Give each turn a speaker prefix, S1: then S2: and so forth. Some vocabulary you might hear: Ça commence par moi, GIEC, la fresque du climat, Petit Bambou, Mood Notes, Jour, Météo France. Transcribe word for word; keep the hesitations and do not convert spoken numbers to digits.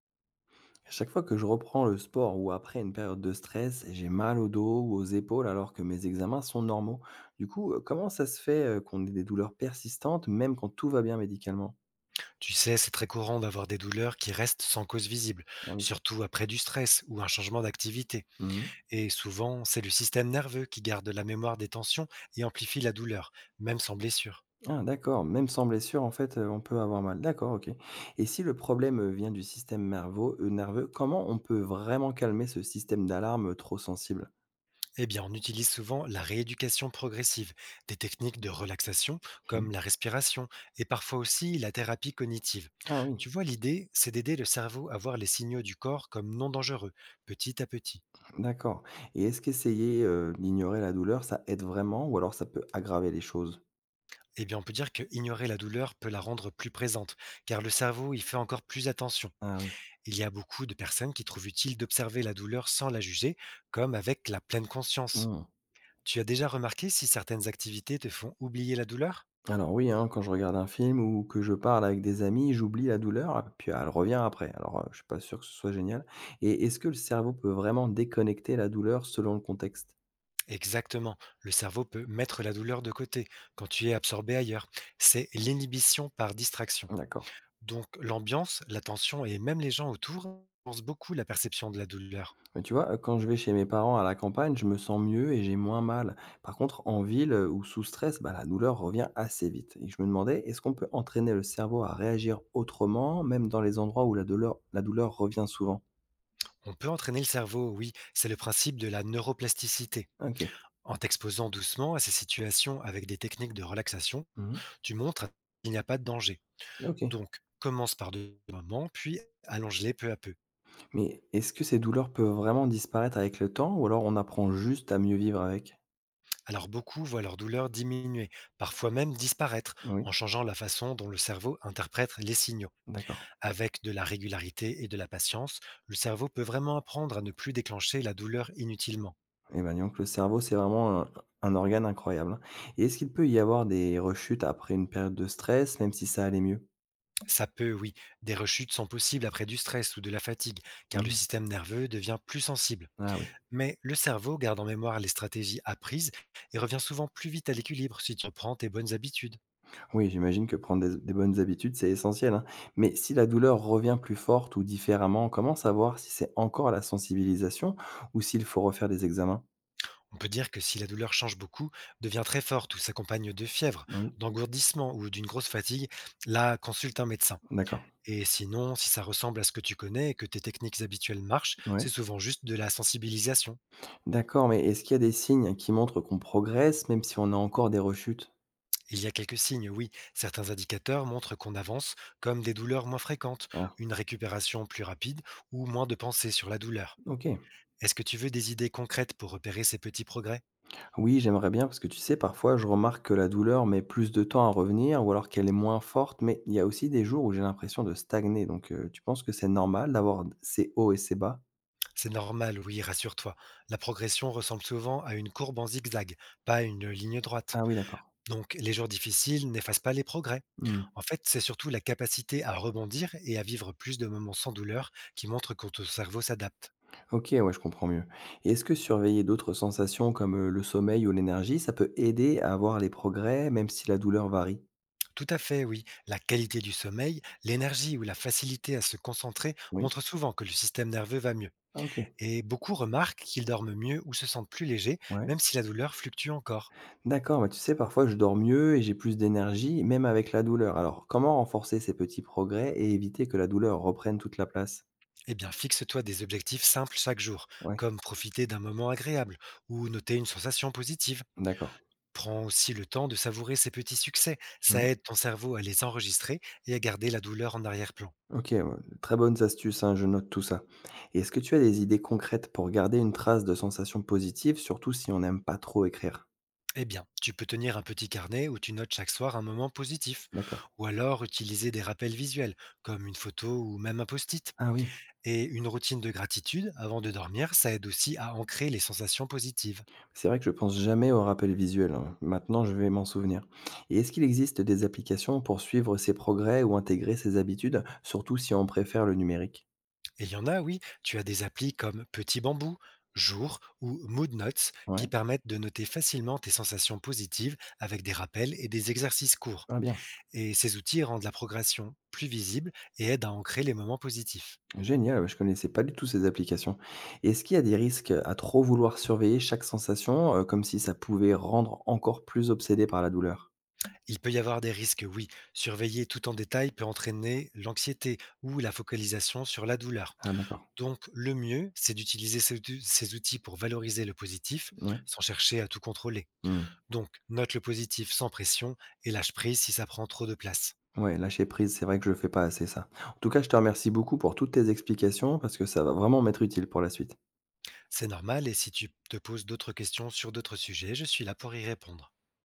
S1: À chaque fois que je reprends le sport ou après une période de stress, j'ai mal au dos ou aux épaules alors que mes examens sont normaux. Du coup, euh, comment ça se fait, euh, qu'on ait des douleurs persistantes même quand tout va bien médicalement?
S2: Tu sais, c'est très courant d'avoir des douleurs qui restent sans cause visible,
S1: Ah oui.
S2: surtout après du stress ou un changement d'activité.
S1: Mhm.
S2: Et souvent, c'est le système nerveux qui garde la mémoire des tensions et amplifie la douleur, même sans blessure.
S1: Ah d'accord, même sans blessure, en fait, euh, on peut avoir mal. D'accord, ok. Et si le problème euh, vient du système nerveux, euh, nerveux, comment on peut vraiment calmer ce système d'alarme trop sensible?
S2: Eh bien, on utilise souvent la rééducation progressive, des techniques de relaxation comme
S1: Mhm.
S2: la respiration et parfois aussi la thérapie cognitive.
S1: Ah oui,
S2: Tu vois, l'idée, c'est d'aider le cerveau à voir les signaux du corps comme non dangereux, petit à petit.
S1: d'accord. Et est-ce qu'essayer euh, d'ignorer la douleur, ça aide vraiment ou alors ça peut aggraver les choses?
S2: Eh bien, on peut dire que ignorer la douleur peut la rendre plus présente, car le cerveau y fait encore plus attention.
S1: Ah oui.
S2: Il y a beaucoup de personnes qui trouvent utile d'observer la douleur sans la juger, comme avec la pleine conscience.
S1: Hmm.
S2: Tu as déjà remarqué si certaines activités te font oublier la douleur?
S1: Alors oui, hein, quand je regarde un film ou que je parle avec des amis, j'oublie la douleur, puis ah, elle revient après. Alors, euh, je suis pas sûr que ce soit génial. Et est-ce que le cerveau peut vraiment déconnecter la douleur selon le contexte?
S2: Exactement. Le cerveau peut mettre la douleur de côté quand tu es absorbé ailleurs. C'est l'inhibition par distraction.
S1: D'accord.
S2: Donc l'ambiance, l'attention et même les gens autour pensent beaucoup la perception de la douleur.
S1: Mais tu vois, euh, quand je vais chez mes parents à la campagne, je me sens mieux et j'ai moins mal. Par contre, en ville euh, ou sous stress, bah, la douleur revient assez vite. Et je me demandais, est-ce qu'on peut entraîner le cerveau à réagir autrement, même dans les endroits où la douleur, la douleur revient souvent?
S2: On peut entraîner le cerveau, oui, c'est le principe de la neuroplasticité.
S1: Ok.
S2: En t'exposant doucement à ces situations avec des techniques de relaxation,
S1: Mhm.
S2: tu montres qu'il n'y a pas de danger.
S1: Ok.
S2: Donc, commence par deux moments, puis allonge-les peu à peu.
S1: Mais est-ce que ces douleurs peuvent vraiment disparaître avec le temps ou alors on apprend juste à mieux vivre avec?
S2: Alors, beaucoup voient leur douleur diminuer, parfois même disparaître,
S1: Oui,
S2: en changeant la façon dont le cerveau interprète les signaux.
S1: d'accord.
S2: Avec de la régularité et de la patience, le cerveau peut vraiment apprendre à ne plus déclencher la douleur inutilement.
S1: Et ben, donc, le cerveau, c'est vraiment un, un organe incroyable, hein. Et est-ce qu'il peut y avoir des rechutes après une période de stress, même si ça allait mieux?
S2: Ça peut, oui, des rechutes sont possibles après du stress ou de la fatigue, car le
S1: Mhm.
S2: système nerveux devient plus sensible.
S1: Ah oui.
S2: Mais le cerveau garde en mémoire les stratégies apprises et revient souvent plus vite à l'équilibre si tu reprends tes bonnes habitudes.
S1: Oui, j'imagine que prendre des, des bonnes habitudes, c'est essentiel, hein. Mais si la douleur revient plus forte ou différemment, comment savoir si c'est encore la sensibilisation ou s'il faut refaire des examens?
S2: On peut dire que si la douleur change beaucoup, devient très forte ou s'accompagne de fièvre,
S1: Oui,
S2: d'engourdissement ou d'une grosse fatigue, là, consulte un médecin.
S1: d'accord.
S2: Et sinon, si ça ressemble à ce que tu connais et que tes techniques habituelles marchent, c'est
S1: Ouais.
S2: souvent juste de la sensibilisation.
S1: D'accord, mais est-ce qu'il y a des signes qui montrent qu'on progresse même si on a encore des rechutes?
S2: Il y a quelques signes, oui. Certains indicateurs montrent qu'on avance, comme des douleurs moins fréquentes,
S1: Ah,
S2: une récupération plus rapide ou moins de pensée sur la douleur.
S1: OK.
S2: Est-ce que tu veux des idées concrètes pour repérer ces petits progrès?
S1: Oui, j'aimerais bien parce que tu sais, parfois je remarque que la douleur met plus de temps à revenir ou alors qu'elle est moins forte, mais il y a aussi des jours où j'ai l'impression de stagner. Donc, euh, tu penses que c'est normal d'avoir ces hauts et ces bas?
S2: C'est normal, oui, rassure-toi. La progression ressemble souvent à une courbe en zigzag, pas à une ligne droite.
S1: Ah oui, d'accord.
S2: Donc, les jours difficiles n'effacent pas les progrès.
S1: Hmm.
S2: En fait, c'est surtout la capacité à rebondir et à vivre plus de moments sans douleur qui montrent que ton cerveau s'adapte.
S1: Ok, ouais, je comprends mieux. Et est-ce que surveiller d'autres sensations comme euh, le sommeil ou l'énergie, ça peut aider à voir les progrès même si la douleur varie?
S2: Tout à fait, oui. La qualité du sommeil, l'énergie ou la facilité à se concentrer
S1: Oui.
S2: montrent souvent que le système nerveux va mieux.
S1: Ah, ok.
S2: Et beaucoup remarquent qu'ils dorment mieux ou se sentent plus légers,
S1: Ouais.
S2: même si la douleur fluctue encore.
S1: D'accord, mais tu sais, parfois je dors mieux et j'ai plus d'énergie, même avec la douleur. Alors, comment renforcer ces petits progrès et éviter que la douleur reprenne toute la place?
S2: Eh bien, fixe-toi des objectifs simples chaque jour,
S1: Ouais,
S2: comme profiter d'un moment agréable ou noter une sensation positive.
S1: d'accord.
S2: Prends aussi le temps de savourer ces petits succès. Ça
S1: Mhm.
S2: aide ton cerveau à les enregistrer et à garder la douleur en arrière-plan.
S1: Ok, ouais, très bonnes astuces, hein, je note tout ça. Et est-ce que tu as des idées concrètes pour garder une trace de sensations positives, surtout si on n'aime pas trop écrire?
S2: Eh bien, tu peux tenir un petit carnet où tu notes chaque soir un moment positif,
S1: D'accord.
S2: ou alors utiliser des rappels visuels, comme une photo ou même un post-it.
S1: Ah oui,
S2: Et une routine de gratitude avant de dormir, ça aide aussi à ancrer les sensations positives.
S1: c'est vrai que je pense jamais au rappel visuel, hein. Maintenant, je vais m'en souvenir. Et est-ce qu'il existe des applications pour suivre ces progrès ou intégrer ces habitudes, surtout si on préfère le numérique?
S2: Et il y en a, oui, tu as des applis comme Petit Bambou, Jour ou Mood Notes qui
S1: Ouais,
S2: permettent de noter facilement tes sensations positives avec des rappels et des exercices courts.
S1: ah bien.
S2: Et ces outils rendent la progression plus visible et aident à ancrer les moments positifs.
S1: Génial, ouais, je connaissais pas du tout ces applications. Est-ce qu'il y a des risques à trop vouloir surveiller chaque sensation, heu, comme si ça pouvait rendre encore plus obsédé par la douleur?
S2: Il peut y avoir des risques, oui. Surveiller tout en détail peut entraîner l'anxiété ou la focalisation sur la douleur.
S1: Ah d'accord.
S2: Donc le mieux, c'est d'utiliser ces ces outils pour valoriser le positif
S1: Oui.
S2: sans chercher à tout contrôler.
S1: Mmh,
S2: Donc, note le positif sans pression et lâche prise si ça prend trop de place.
S1: ouais, lâcher prise, c'est vrai que je fais pas assez ça. En tout cas, je te remercie beaucoup pour toutes tes explications parce que ça va vraiment m'être utile pour la suite.
S2: C'est normal et si tu te poses d'autres questions sur d'autres sujets, je suis là pour y répondre.